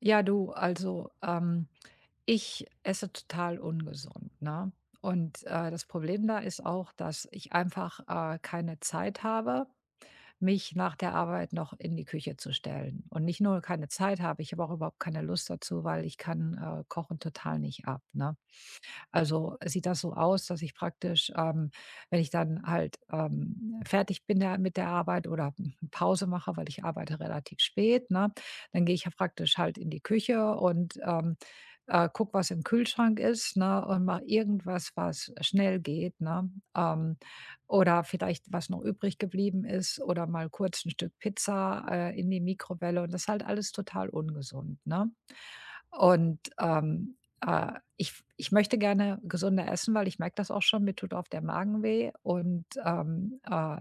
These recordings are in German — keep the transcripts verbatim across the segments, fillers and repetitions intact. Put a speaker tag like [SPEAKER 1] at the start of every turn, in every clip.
[SPEAKER 1] Ja, du, also, ähm, ich esse total ungesund, ne? Und, äh, das Problem da ist auch, dass ich einfach, äh, keine Zeit habe, mich nach der Arbeit noch in die Küche zu stellen. Und nicht nur keine Zeit habe, ich habe auch überhaupt keine Lust dazu, weil ich kann, äh, Kochen total nicht ab, ne? Also, sieht das so aus, dass ich praktisch, ähm, wenn ich dann halt, ähm, fertig bin da mit der Arbeit oder hm, Pause mache, weil ich arbeite relativ spät, ne, dann gehe ich ja praktisch halt in die Küche und, ähm, äh, gucke, was im Kühlschrank ist, ne, und mache irgendwas, was schnell geht, ne? Ähm, oder vielleicht, was noch übrig geblieben ist oder mal kurz ein Stück Pizza, äh, in die Mikrowelle, und das ist halt alles total ungesund, ne? Und, ähm, äh, ich ich möchte gerne gesünder essen, weil ich merke das auch schon, mir tut oft der Magen weh und, ähm, äh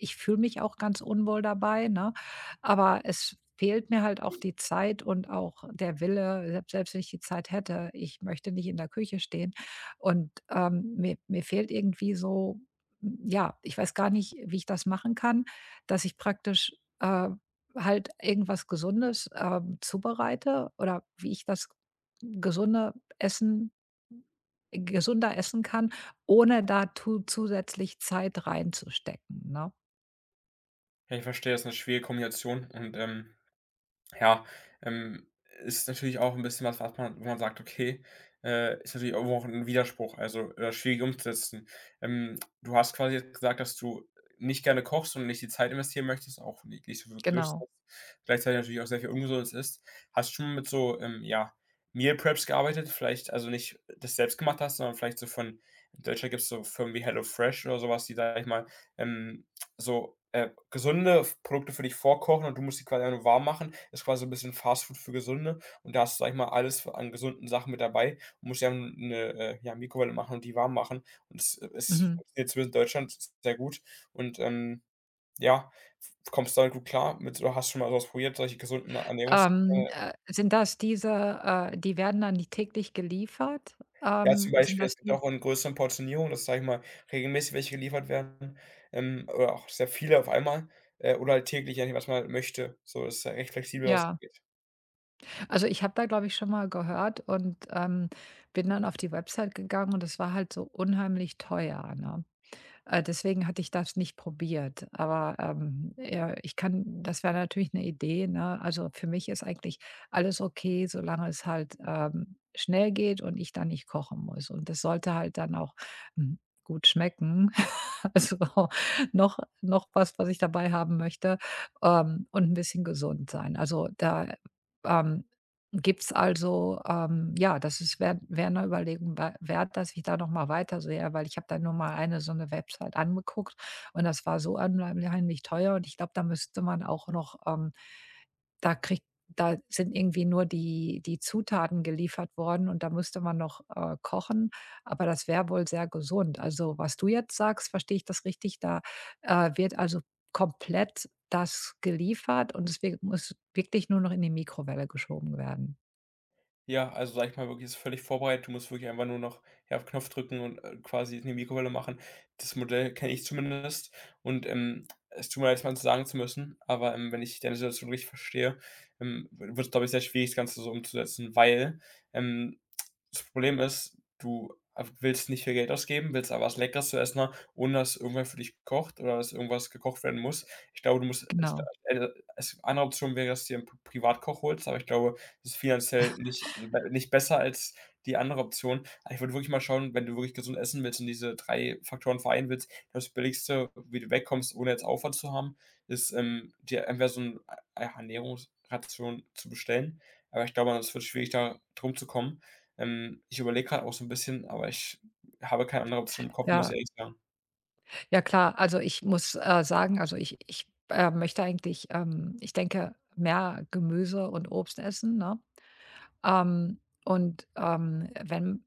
[SPEAKER 1] ich fühle mich auch ganz unwohl dabei, ne? Aber es fehlt mir halt auch die Zeit und auch der Wille, selbst selbst wenn ich die Zeit hätte, ich möchte nicht in der Küche stehen. Und, ähm, mir mir fehlt irgendwie so hm, ja, ich weiß gar nicht, wie ich das machen kann, dass ich praktisch, äh, halt irgendwas Gesundes, ähm, zubereite, oder wie ich das gesunde Essen gesunder essen kann, ohne da tu zusätzlich Zeit reinzustecken, ne?
[SPEAKER 2] Ja, ich verstehe, das ist eine schwierige Kombination und, ähm, ja, ähm, ist natürlich auch ein bisschen was, was man wo man sagt: „Okay“, äh, ist natürlich irgendwo auch ein Widerspruch, also, äh, schwierig umzusetzen. Ähm, du hast quasi jetzt gesagt, dass du nicht gerne kochst und nicht die Zeit investieren möchtest, auch nicht nicht so wirklich Lust
[SPEAKER 1] Genau.
[SPEAKER 2] hast, gleichzeitig natürlich auch sehr viel Ungesundes isst. Hast du schon mit so, ähm, ja, Meal Preps gearbeitet? Vielleicht also nicht das selbst gemacht hast, sondern vielleicht so von in Deutschland gibt's so Firmen wie HelloFresh oder sowas die, sage ich mal, ähm so, äh, gesunde Produkte für dich vorkochen und du musst die quasi einfach nur warm machen. Ist quasi so 'n bisschen Fastfood für Gesunde und da hast du, sage ich mal, alles an gesunden Sachen mit dabei und musst ja einfach 'ne, äh, ja, Mikrowelle machen und die warm machen und es äh, es
[SPEAKER 1] Mhm.
[SPEAKER 2] funktioniert zumindest in Deutschland sehr gut und, ähm, ja, kommst damit gut klar mit oder hast schon mal so was probiert, solche gesunden Ernährungs
[SPEAKER 1] Ähm, äh, sind das diese, äh die werden dann nicht täglich geliefert?
[SPEAKER 2] Ja, zum
[SPEAKER 1] Ähm, sind
[SPEAKER 2] Beispiel,
[SPEAKER 1] das
[SPEAKER 2] es gibt
[SPEAKER 1] die,
[SPEAKER 2] auch in größeren Portionierungen, dass, sage ich mal, regelmäßig welche geliefert werden, ähm, oder auch sehr viele auf einmal, äh, oder halt täglich, je nachdem, was man halt möchte. So, das ist ja recht flexibel, was das
[SPEAKER 1] ja.
[SPEAKER 2] angeht.
[SPEAKER 1] Also, ich habe da, glaube ich, schon mal gehört, und, ähm, bin dann auf die Website gegangen und es war halt so unheimlich teuer, ne? Äh, deswegen hatte ich das nicht probiert. Aber, ähm, ja, ich kann, das wäre natürlich eine Idee, ne? Also, für mich ist eigentlich alles okay, solange es halt, ähm, schnell geht und ich dann nicht kochen muss. Und das sollte halt dann auch, hm, gut schmecken. Also, noch noch was, was ich dabei haben möchte, ähm, und ein bisschen gesund sein. Also, da, ähm gibt's also ähm, ja, das ist wäre wäre 'ne Überlegung wei wert, dass ich da noch mal weiter sehe, weil ich habe da nur mal eine, so eine Website angeguckt und das war so unheimlich teuer und ich glaube, da müsste man auch noch, ähm da kriegt da sind irgendwie nur die die Zutaten geliefert worden und da müsste man noch, äh, kochen, aber das wäre wohl sehr gesund. Also, was du jetzt sagst, verstehe ich das richtig? Da, äh, wird also komplett das geliefert und deswegen muss wirklich nur noch in die Mikrowelle geschoben werden.
[SPEAKER 2] Ja, also, sage ich mal wirklich, es ist völlig vorbereitet. Du musst wirklich einfach nur noch, ja, auf Knopf drücken und, äh, quasi in die Mikrowelle machen. Das Modell kenne ich zumindest und, ähm, es tut mir leid, es mal zu sagen zu müssen, aber, ähm, wenn ich deine Situation richtig verstehe, ähm, w wird's, glaube ich, sehr schwierig, das Ganze so umzusetzen, weil, ähm, das Problem ist, du willst nicht viel Geld ausgeben, willst aber was Leckeres zu essen haben, ohne dass irgendwer für dich kocht oder dass irgendwas gekocht werden muss. Ich glaube, du musst es,
[SPEAKER 1] Genau.
[SPEAKER 2] äh, es eine andere Option wäre, dass du dir 'n P Privatkoch holst, aber ich glaube, das ist finanziell nicht äh, nicht besser als die andere Option. Aber ich würde wirklich mal schauen, wenn du wirklich gesund essen willst und diese drei Faktoren vereinen willst, das Billigste, wie du wegkommst, ohne jetzt Aufwand zu haben, ist, ähm, dir entweder so eine Ernährungsration zu bestellen. Aber ich glaube, das wird schwierig, da drum zu kommen. Ähm, ich überlege gerade auch so ein bisschen, aber ich habe keine andere Option im Kopf, muss
[SPEAKER 1] Ja,
[SPEAKER 2] ich ehrlich sagen.
[SPEAKER 1] ja klar. Also, ich muss, äh, sagen, also, ich ich, äh, möchte eigentlich, ähm ich denke, mehr Gemüse und Obst essen, ne? Ähm, und, ähm, wenn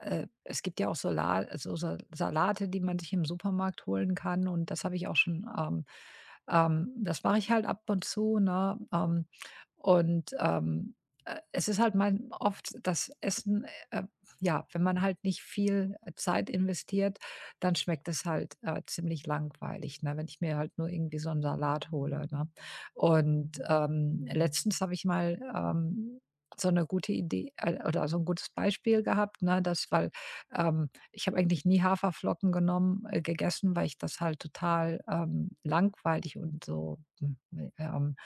[SPEAKER 1] äh, es gibt ja auch Sola also Sa Salate, die man sich im Supermarkt holen kann, und das habe ich auch schon, ähm Ähm, das mache ich halt ab und zu, ne? Ähm, und, ähm, äh, es ist halt mein oft das Essen, äh, ja, wenn man halt nicht viel äh, Zeit investiert, dann schmeckt es halt, äh, ziemlich langweilig, ne, wenn ich mir halt nur irgendwie so einen Salat hole, ne? Und, ähm, letztens habe ich mal, ähm, so eine gute Idee, äh, oder so ein gutes Beispiel gehabt, ne, dass, weil, ähm ich habe eigentlich nie Haferflocken genommen äh, gegessen, weil ich das halt total, ähm, langweilig und so, hm, ne, ähm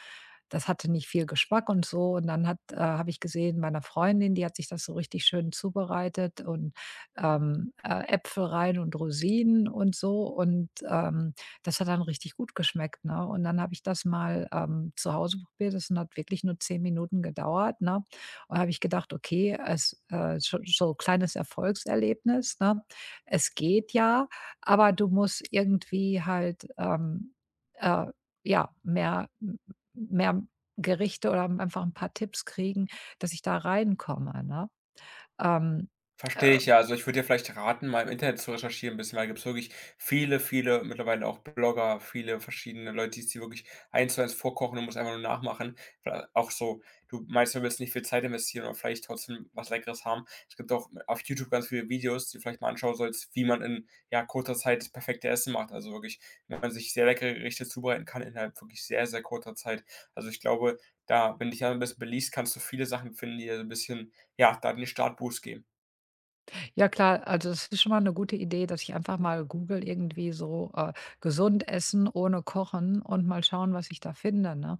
[SPEAKER 1] das hatte nicht viel Geschmack und so. Und dann hat äh, habe ich gesehen, meiner Freundin, die hat sich das so richtig schön zubereitet und, ähm, äh, Äpfel rein und Rosinen und so. Und, ähm, das hat dann richtig gut geschmeckt, ne? Und dann habe ich das mal, ähm, zu Hause probiert. Das hat wirklich nur zehn Minuten gedauert, ne? Und habe ich gedacht: „Okay, es äh, so so kleines Erfolgserlebnis, ne? Es geht ja, aber du musst irgendwie halt, ähm, äh, ja, mehr m mehr Gerichte oder einfach ein paar Tipps kriegen, dass ich da reinkomme“, ne? Ähm,
[SPEAKER 2] Verstehe
[SPEAKER 1] äh,
[SPEAKER 2] ich, ja. Also, ich würde dir vielleicht raten, mal im Internet zu recherchieren ein bisschen, weil da gibt's wirklich viele, viele mittlerweile auch Blogger, viele verschiedene Leute, die's dir wirklich eins zu eins vorkochen und musst einfach nur nachmachen. Äh, auch so, du meinst, du willst nicht viel Zeit investieren, aber vielleicht trotzdem was Leckeres haben. Es gibt auch auf YouTube ganz viele Videos, die du vielleicht mal anschauen sollst, wie man in, ja, kurzer Zeit das perfekte Essen macht. Also, wirklich, wenn man sich sehr leckere Gerichte zubereiten kann innerhalb wirklich sehr, sehr kurzer Zeit. Also, ich glaube, da wenn du dich da ein bisschen beliest, kannst du viele Sachen finden, die dir so 'n bisschen, ja, da den Startboost geben.
[SPEAKER 1] ja klar, also das ist schon mal eine gute Idee, dass ich einfach mal google irgendwie so, äh, „gesund essen ohne kochen“ und mal schauen, was ich da finde, ne?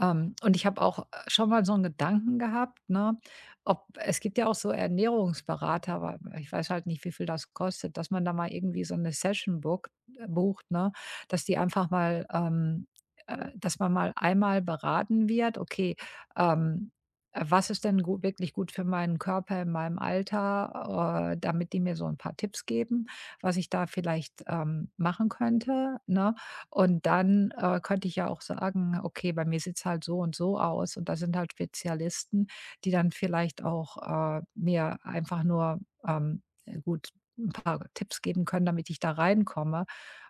[SPEAKER 1] Ähm, und ich habe auch äh, schon mal so einen Gedanken gehabt, ne, ob, es gibt ja auch so Ernährungsberater, aber ich weiß halt nicht, wie viel das kostet, dass man da mal irgendwie so eine Session bookt äh, bucht, ne, dass die einfach mal, ähm äh, dass man mal einmal beraten wird: „Okay, ähm, äh, was ist denn gu wirklich gut für meinen Körper in meinem Alter?“ Äh, damit die mir so ein paar Tipps geben, was ich da vielleicht, ähm, machen könnte, ne? Und dann, äh, könnte ich ja auch sagen: „Okay, bei mir sieht es halt so und so aus.“ Und da sind halt Spezialisten, die dann vielleicht auch, äh, mir einfach nur, ähm, äh, gut ein paar Tipps geben können, damit ich da reinkomme.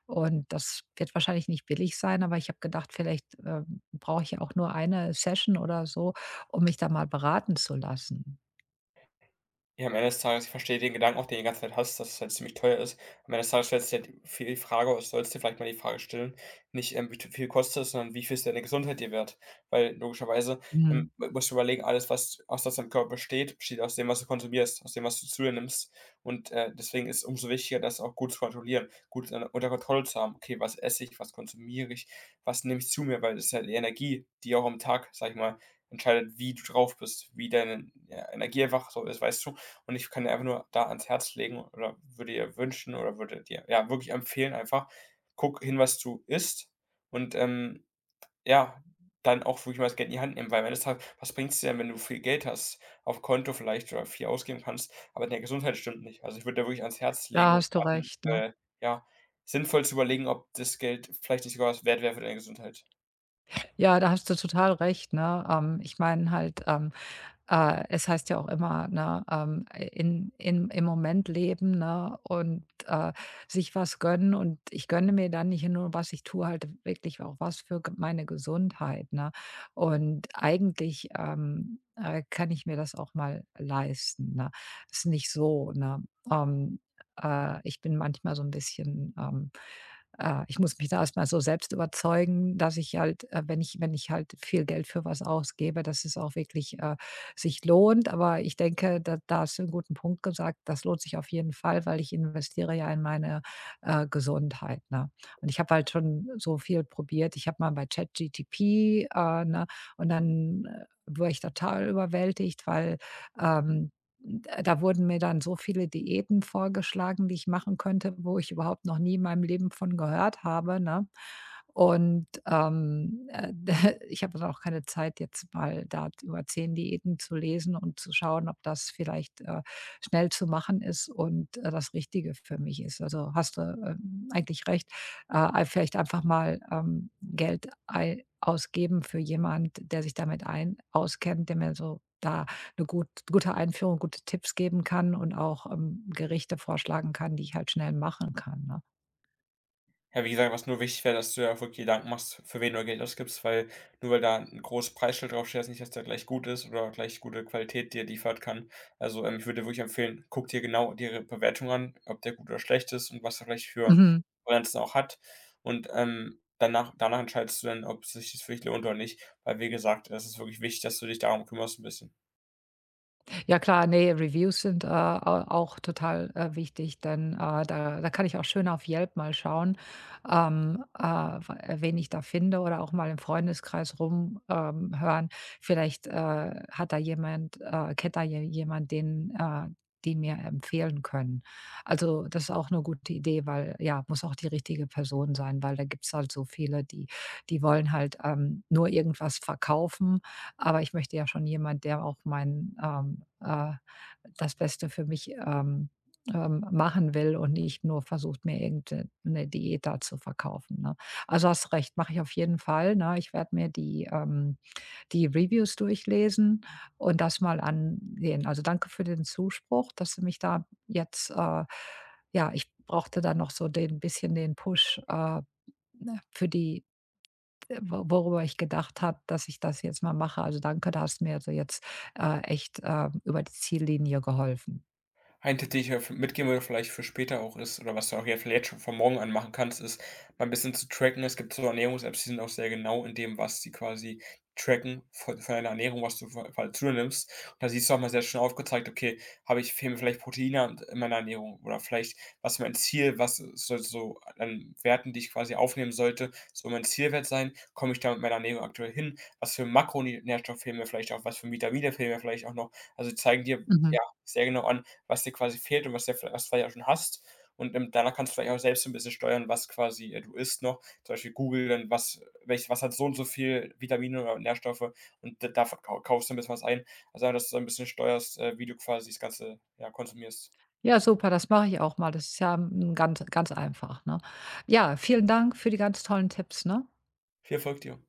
[SPEAKER 1] Und das wird wahrscheinlich nicht billig sein, aber ich habe gedacht, vielleicht, ähm, brauche ich ja auch nur eine Session oder so, um mich da mal beraten zu lassen.
[SPEAKER 2] Ja, am Ende des Tages, ich verstehe den Gedanken auch, den du die ganze Zeit hast, dass es halt ziemlich teuer ist. Am Ende des Tages stellst du dir halt viel die Frage oder sollst dir vielleicht mal die Frage stellen, nicht, ähm, wie viel kostet es, sondern wie viel ist deine Gesundheit dir wert? Weil logischerweise, ähm,
[SPEAKER 1] Mhm.
[SPEAKER 2] musst du überlegen, alles, was aus was deinem Körper besteht, besteht aus dem, was du konsumierst, aus dem, was du zu dir nimmst. Und, äh, deswegen ist es umso wichtiger, das auch gut zu kontrollieren, gut, äh, unter Kontrolle zu haben. Okay, was esse ich, was konsumiere ich, was nehme ich zu mir? Weil das ist halt die Energie, die auch am Tag, sage ich mal, entscheidet, wie du drauf bist, wie deine, ja, Energie einfach so ist, weißt du? Und ich kann dir einfach nur da ans Herz legen oder würde dir wünschen oder würde dir, ja, wirklich empfehlen einfach, guck hin, was du isst und, ähm, ja, dann auch wirklich mal das Geld in die Hand nehmen, weil am Ende des Tages, was bringt es dir denn, wenn du viel Geld hast, auf Konto vielleicht oder viel ausgeben kannst, aber deine Gesundheit stimmt nicht. Also, ich würde dir wirklich ans Herz
[SPEAKER 1] Da
[SPEAKER 2] legen und
[SPEAKER 1] hast du
[SPEAKER 2] raten,
[SPEAKER 1] recht, ne?
[SPEAKER 2] äh, ja, sinnvoll zu überlegen, ob das Geld vielleicht nicht sogar was wert wäre für deine Gesundheit.
[SPEAKER 1] Ja, da hast du total recht, ne? Ähm, ich meine halt, ähm Äh, es heißt ja auch immer, ne, ähm, in in im Moment leben, ne, und, äh, sich was gönnen, und ich gönne mir dann nicht nur, was ich tue, halt wirklich auch was für g meine Gesundheit, ne? Und eigentlich, ähm, äh, kann ich mir das auch mal leisten, ne? Ist nicht so, ne? Ähm, äh, ich bin manchmal so ein bisschen, ähm äh, ich muss mich da erstmal so selbst überzeugen, dass ich halt, äh, wenn ich wenn ich halt viel Geld für was ausgebe, dass es auch wirklich, äh sich lohnt. Aber ich denke, da da hast du 'n guten Punkt gesagt. Das lohnt sich auf jeden Fall, weil ich investiere ja in meine, äh, Gesundheit, ne? Und ich habe halt schon so viel probiert. Ich habe mal bei ChatGTP, äh, ne, und dann, äh, war ich total überwältigt, weil, ähm da wurden mir dann so viele Diäten vorgeschlagen, die ich machen könnte, wo ich überhaupt noch nie in meinem Leben von gehört habe, ne? Und, ähm, äh, ich habe dann auch keine Zeit, jetzt mal da über zehn Diäten zu lesen und zu schauen, ob das vielleicht, äh, schnell zu machen ist und, äh, das Richtige für mich ist. Also, hast du, ähm, eigentlich recht, äh, vielleicht einfach mal, ähm, Geld ei ausgeben für jemand, der sich damit ein auskennt, der mir so da eine gut gute Einführung, gute Tipps geben kann und auch, ähm, Gerichte vorschlagen kann, die ich halt schnell machen kann, ne?
[SPEAKER 2] Ja, wie gesagt, was nur wichtig wäre, dass du dir auch wirklich Gedanken machst, für wen du Geld ausgibst, weil nur weil da ein großes Preisschild draufsteht, heißt nicht, dass der gleich gut ist oder gleich gute Qualität dir liefert kann. Also, ähm, ich würde dir wirklich empfehlen, guck dir genau ihre Bewertung an, ob der gut oder schlecht ist und was er vielleicht für
[SPEAKER 1] Mhm.
[SPEAKER 2] Referenzen auch hat. Und, ähm, danach danach entscheidest du dann, ob sich das für dich lohnt oder nicht, weil wie gesagt, es ist wirklich wichtig, dass du dich darum kümmerst ein bisschen.
[SPEAKER 1] Ja klar, ne, Reviews sind, äh, au auch total, äh, wichtig, denn, äh, da da kann ich auch schön auf Yelp mal schauen, ähm, äh, w äh, wen ich da finde oder auch mal im Freundeskreis rumhören. Ähm, hören. Vielleicht, äh, hat da jemand äh, kennt da je jemand, den äh, die mir empfehlen können. Also, das ist auch eine gute Idee, weil, ja, muss auch die richtige Person sein, weil da gibt's halt so viele, die, die wollen halt, ähm, nur irgendwas verkaufen, aber ich möchte ja schon jemand, der auch mein, ähm, äh, das Beste für mich, ähm, ähm, machen will und nicht nur versucht, mir irgendeine 'ne Diät da zu verkaufen, ne? Also, hast recht, mache ich auf jeden Fall, ne? Ich werde mir die, ähm die Reviews durchlesen und das mal ansehen. Also, danke für den Zuspruch, dass du mich da jetzt, äh ja, ich brauchte da noch so den bisschen den Push, äh, ne, für die äh, wo worüber ich gedacht habe, dass ich das jetzt mal mache. Also, danke, da hast du mir also jetzt, äh, echt, äh, über die Ziellinie geholfen.
[SPEAKER 2] Ein Tipp, den ich mir mitgeben würde, vielleicht für später auch ist oder was du auch ja vielleicht schon von morgen an machen kannst, ist, mal ein bisschen zu tracken. Es gibt so Ernährungs-Apps, die sind auch sehr genau in dem, was sie quasi tracken von von deiner Ernährung, was du vo halt zu dir nimmst. Und da siehst du auch mal sehr schön aufgezeigt: „Okay, habe ich fehlen mir vielleicht Proteine an in meiner Ernährung oder vielleicht was ist mein Ziel, was soll so an Werten, die ich quasi aufnehmen sollte, soll mein Zielwert sein? Komme ich da mit meiner Ernährung aktuell hin? Was für Makronährstoffe fehlen mir vielleicht auch? Was für Vitamine fehlen mir vielleicht auch noch?“ Also, die zeigen dir, ja,
[SPEAKER 1] Mhm.
[SPEAKER 2] sehr genau an, was dir quasi fehlt und was dir vielleicht was du vielleicht auch schon hast. Und, ähm, danach kannst du vielleicht auch selbst so ein bisschen steuern, was quasi, äh, du isst noch. Zum Beispiel Google dann, was welches was hat so und so viel Vitamine oder Nährstoffe und da davon kau kaufst du ein bisschen was ein. Also, ja, dass du so ein bisschen steuerst, äh, wie du quasi das Ganze, ja, konsumierst.
[SPEAKER 1] Ja, super, das mache ich auch mal. Das ist ja, hm, ganz ganz einfach, ne? Ja, vielen Dank für die ganz tollen Tipps, ne?
[SPEAKER 2] Viel Erfolg dir.